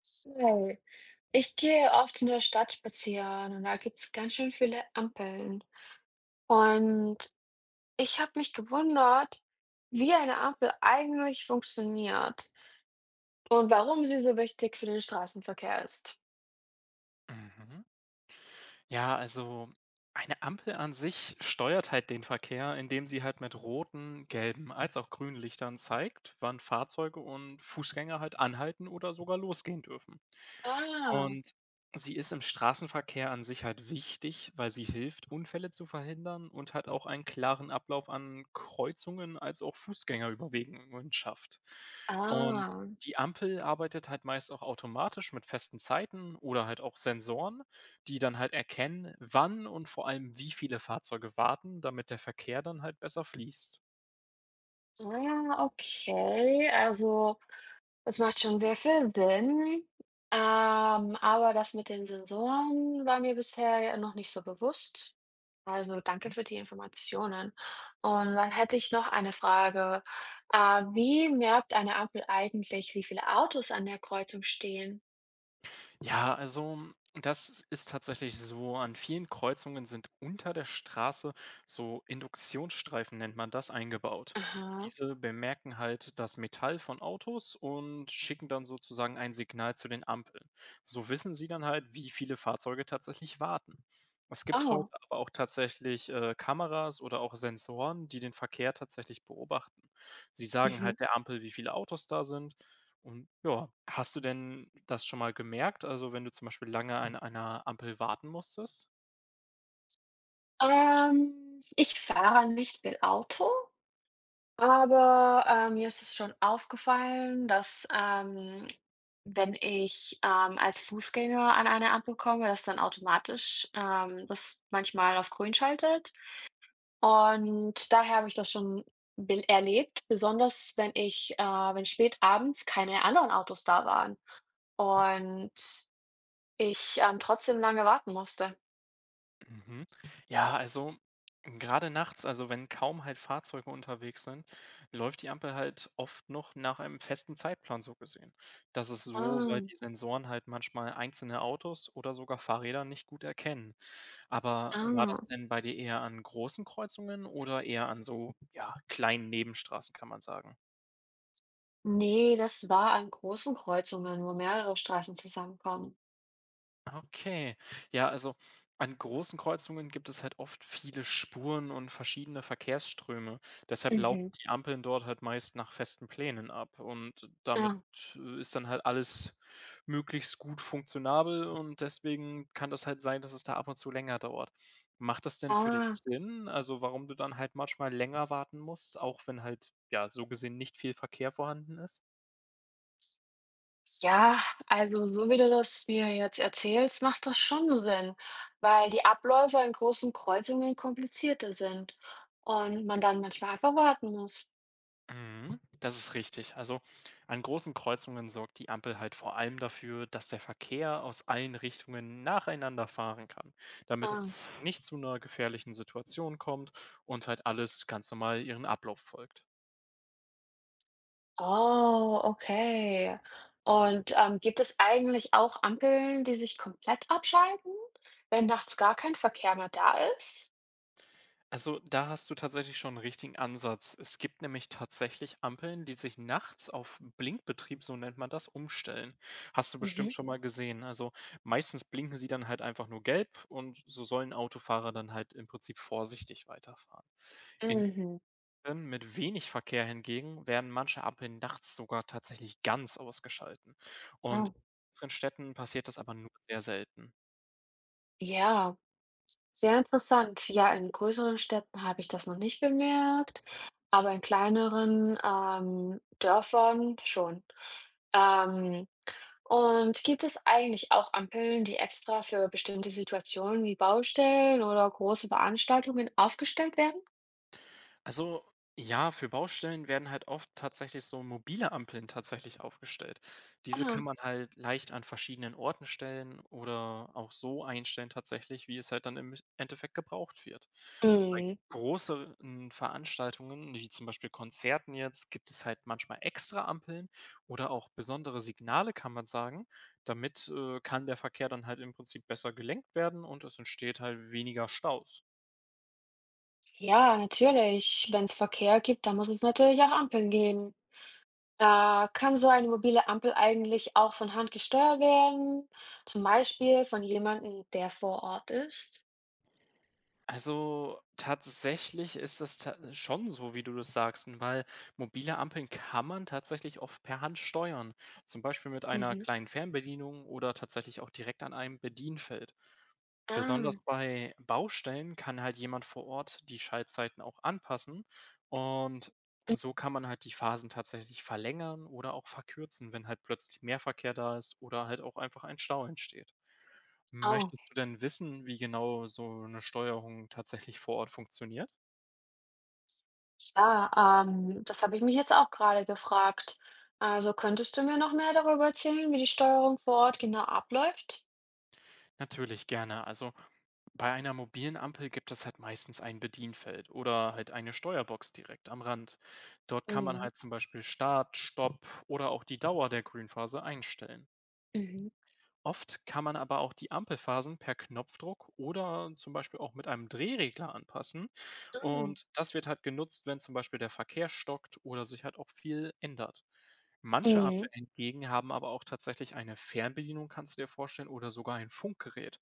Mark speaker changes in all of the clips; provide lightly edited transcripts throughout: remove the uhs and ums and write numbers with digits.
Speaker 1: So, ich gehe oft in der Stadt spazieren und da gibt es ganz schön viele Ampeln. Und ich habe mich gewundert, wie eine Ampel eigentlich funktioniert und warum sie so wichtig für den Straßenverkehr ist.
Speaker 2: Mhm. Ja, also eine Ampel an sich steuert halt den Verkehr, indem sie halt mit roten, gelben als auch grünen Lichtern zeigt, wann Fahrzeuge und Fußgänger halt anhalten oder sogar losgehen dürfen.
Speaker 1: Ah,
Speaker 2: Und sie ist im Straßenverkehr an sich halt wichtig, weil sie hilft, Unfälle zu verhindern und halt auch einen klaren Ablauf an Kreuzungen als auch Fußgängerüberwegungen schafft. Und
Speaker 1: ah,
Speaker 2: die Ampel arbeitet halt meist auch automatisch mit festen Zeiten oder halt auch Sensoren, die dann halt erkennen, wann und vor allem wie viele Fahrzeuge warten, damit der Verkehr dann halt besser fließt.
Speaker 1: ah, okay. Also. Das macht schon sehr viel Sinn, aber das mit den Sensoren war mir bisher ja noch nicht so bewusst. Also, danke für die Informationen. Und dann hätte ich noch eine Frage. Wie merkt eine Ampel eigentlich, wie viele Autos an der Kreuzung stehen?
Speaker 2: Ja, also das ist tatsächlich so. An vielen Kreuzungen sind unter der Straße so Induktionsstreifen, nennt man das, eingebaut.
Speaker 1: Aha.
Speaker 2: Diese bemerken halt das Metall von Autos und schicken dann sozusagen ein Signal zu den Ampeln. So wissen sie dann halt, wie viele Fahrzeuge tatsächlich warten. Es gibt heute
Speaker 1: Oh.
Speaker 2: aber auch tatsächlich Kameras oder auch Sensoren, die den Verkehr tatsächlich beobachten. Sie sagen
Speaker 1: Mhm.
Speaker 2: halt der Ampel, wie viele Autos da sind, und ja, hast du denn das schon mal gemerkt? Also, wenn du zum Beispiel lange an einer Ampel warten musstest?
Speaker 1: Ich fahre nicht viel Auto. Aber, mir ist es schon aufgefallen, dass, wenn ich, als Fußgänger an eine Ampel komme, dass dann automatisch, das manchmal auf grün schaltet. Und daher habe ich das schon bel erlebt, besonders wenn spät abends keine anderen Autos da waren und ich, trotzdem lange warten musste.
Speaker 2: Mhm. Ja, also gerade nachts, also wenn kaum halt Fahrzeuge unterwegs sind, läuft die Ampel halt oft noch nach einem festen Zeitplan so gesehen. Das ist so,
Speaker 1: Ah,
Speaker 2: weil die Sensoren halt manchmal einzelne Autos oder sogar Fahrräder nicht gut erkennen. Aber war
Speaker 1: ah.
Speaker 2: das denn bei dir eher an großen Kreuzungen oder eher an so, ja, kleinen Nebenstraßen, kann man sagen?
Speaker 1: Ne, das war an großen Kreuzungen, wo mehrere Straßen zusammenkommen.
Speaker 2: Okay. Ja, also an großen Kreuzungen gibt es halt oft viele Spuren und verschiedene Verkehrsströme. Deshalb laufen
Speaker 1: Mhm,
Speaker 2: die Ampeln dort halt meist nach festen Plänen ab. Und damit
Speaker 1: ah.
Speaker 2: ist dann halt alles möglichst gut funktionabel, und deswegen kann das halt sein, dass es da ab und zu länger dauert. Macht das denn für dich
Speaker 1: Ah,
Speaker 2: Sinn? Also warum du dann halt manchmal länger warten musst, auch wenn halt ja so gesehen nicht viel Verkehr vorhanden ist?
Speaker 1: ja, also so wie du das mir jetzt erzählst, macht das schon Sinn, weil die Abläufe in großen Kreuzungen komplizierter sind und man dann manchmal einfach warten muss.
Speaker 2: Mhm, das ist richtig. Also an großen Kreuzungen sorgt die Ampel halt vor allem dafür, dass der Verkehr aus allen Richtungen nacheinander fahren kann, damit es
Speaker 1: Ah.
Speaker 2: nicht zu einer gefährlichen Situation kommt und halt alles ganz normal ihren Ablauf folgt.
Speaker 1: Oh, okay. Und gibt es eigentlich auch Ampeln, die sich komplett abschalten, wenn nachts gar kein Verkehr mehr da ist?
Speaker 2: Also, da hast du tatsächlich schon einen richtigen Ansatz. Es gibt nämlich tatsächlich Ampeln, die sich nachts auf Blinkbetrieb, so nennt man das, umstellen. Hast du bestimmt
Speaker 1: Mhm.
Speaker 2: schon mal gesehen. Also, meistens blinken sie dann halt einfach nur gelb, und so sollen Autofahrer dann halt im Prinzip vorsichtig weiterfahren. In
Speaker 1: Mhm.
Speaker 2: Städten mit wenig Verkehr hingegen werden manche Ampeln nachts sogar tatsächlich ganz ausgeschalten, und in
Speaker 1: Oh,
Speaker 2: größeren Städten passiert das aber nur sehr selten.
Speaker 1: ja. Sehr interessant. Ja, in größeren Städten habe ich das noch nicht bemerkt, aber in kleineren, Dörfern schon. Ähm, und gibt es eigentlich auch Ampeln, die extra für bestimmte Situationen wie Baustellen oder große Veranstaltungen aufgestellt werden?
Speaker 2: Also ja, für Baustellen werden halt oft tatsächlich so mobile Ampeln tatsächlich aufgestellt. Diese kann
Speaker 1: Ah.
Speaker 2: man halt leicht an verschiedenen Orten stellen oder auch so einstellen tatsächlich, wie es halt dann im Endeffekt gebraucht wird. Bei
Speaker 1: Mhm.
Speaker 2: großen Veranstaltungen, wie zum Beispiel Konzerten jetzt, gibt es halt manchmal extra Ampeln oder auch besondere Signale, kann man sagen. Damit kann der Verkehr dann halt im Prinzip besser gelenkt werden, und es entsteht halt weniger Staus.
Speaker 1: Ja, natürlich. Wenn es Verkehr gibt, dann muss es natürlich auch Ampeln geben. Kann so eine mobile Ampel eigentlich auch von Hand gesteuert werden, zum Beispiel von jemandem, der vor Ort ist?
Speaker 2: Also, tatsächlich ist das ta schon so, wie du das sagst, n weil mobile Ampeln kann man tatsächlich oft per Hand steuern, zum Beispiel mit einer
Speaker 1: Mhm.
Speaker 2: kleinen Fernbedienung oder tatsächlich auch direkt an einem Bedienfeld. Besonders
Speaker 1: Ah,
Speaker 2: bei Baustellen kann halt jemand vor Ort die Schaltzeiten auch anpassen, und so kann man halt die Phasen tatsächlich verlängern oder auch verkürzen, wenn halt plötzlich mehr Verkehr da ist oder halt auch einfach ein Stau entsteht.
Speaker 1: oh,
Speaker 2: Möchtest du denn wissen, wie genau so eine Steuerung tatsächlich vor Ort funktioniert?
Speaker 1: ja, das habe ich mich jetzt auch gerade gefragt. Also könntest du mir noch mehr darüber erzählen, wie die Steuerung vor Ort genau abläuft?
Speaker 2: Natürlich gerne. Also, bei einer mobilen Ampel gibt es halt meistens ein Bedienfeld oder halt eine Steuerbox direkt am Rand. Dort kann man
Speaker 1: Mhm.
Speaker 2: halt zum Beispiel Start, Stopp oder auch die Dauer der Grünphase einstellen.
Speaker 1: Mhm.
Speaker 2: Oft kann man aber auch die Ampelphasen per Knopfdruck oder zum Beispiel auch mit einem Drehregler anpassen.
Speaker 1: Mhm.
Speaker 2: Und das wird halt genutzt, wenn zum Beispiel der Verkehr stockt oder sich halt auch viel ändert. Manche
Speaker 1: Mhm.
Speaker 2: Ampeln hingegen haben aber auch tatsächlich eine Fernbedienung, kannst du dir vorstellen, oder sogar ein Funkgerät.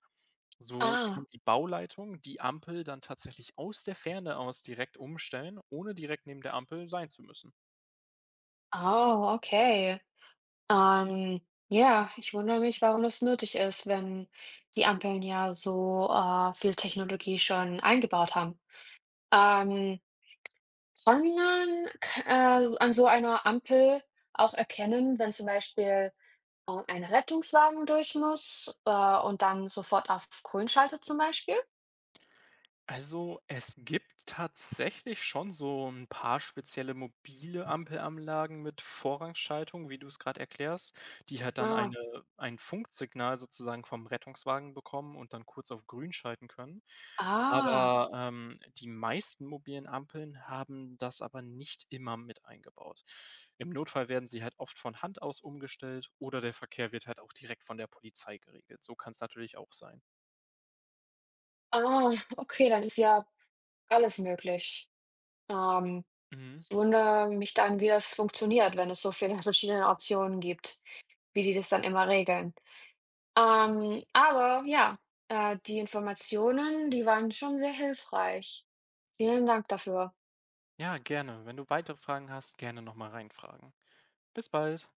Speaker 2: So
Speaker 1: Ah,
Speaker 2: kann die Bauleitung die Ampel dann tatsächlich aus der Ferne aus direkt umstellen, ohne direkt neben der Ampel sein zu müssen.
Speaker 1: oh, okay. Ähm, ja, ich wundere mich, warum das nötig ist, wenn die Ampeln ja so, viel Technologie schon eingebaut haben. Ähm, Kann man k an so einer Ampel auch erkennen, wenn zum Beispiel, ein Rettungswagen durch muss, und dann sofort auf grün schaltet zum Beispiel?
Speaker 2: Also, es gibt tatsächlich schon so ein paar spezielle mobile Ampelanlagen mit Vorrangschaltung, wie du es gerade erklärst, die halt dann
Speaker 1: Ah,
Speaker 2: ein Funksignal sozusagen vom Rettungswagen bekommen und dann kurz auf grün schalten können.
Speaker 1: ah,
Speaker 2: Aber, die meisten mobilen Ampeln haben das aber nicht immer mit eingebaut. Im Notfall werden sie halt oft von Hand aus umgestellt oder der Verkehr wird halt auch direkt von der Polizei geregelt. So kann es natürlich auch sein.
Speaker 1: ah, okay, dann ist ja alles möglich. Ähm,
Speaker 2: Mhm.
Speaker 1: Ich wundere mich dann, wie das funktioniert, wenn es so viele verschiedene Optionen gibt, wie die das dann immer regeln. Aber ja, die Informationen, die waren schon sehr hilfreich. Vielen Dank dafür.
Speaker 2: Ja, gerne. Wenn du weitere Fragen hast, gerne nochmal reinfragen. Bis bald.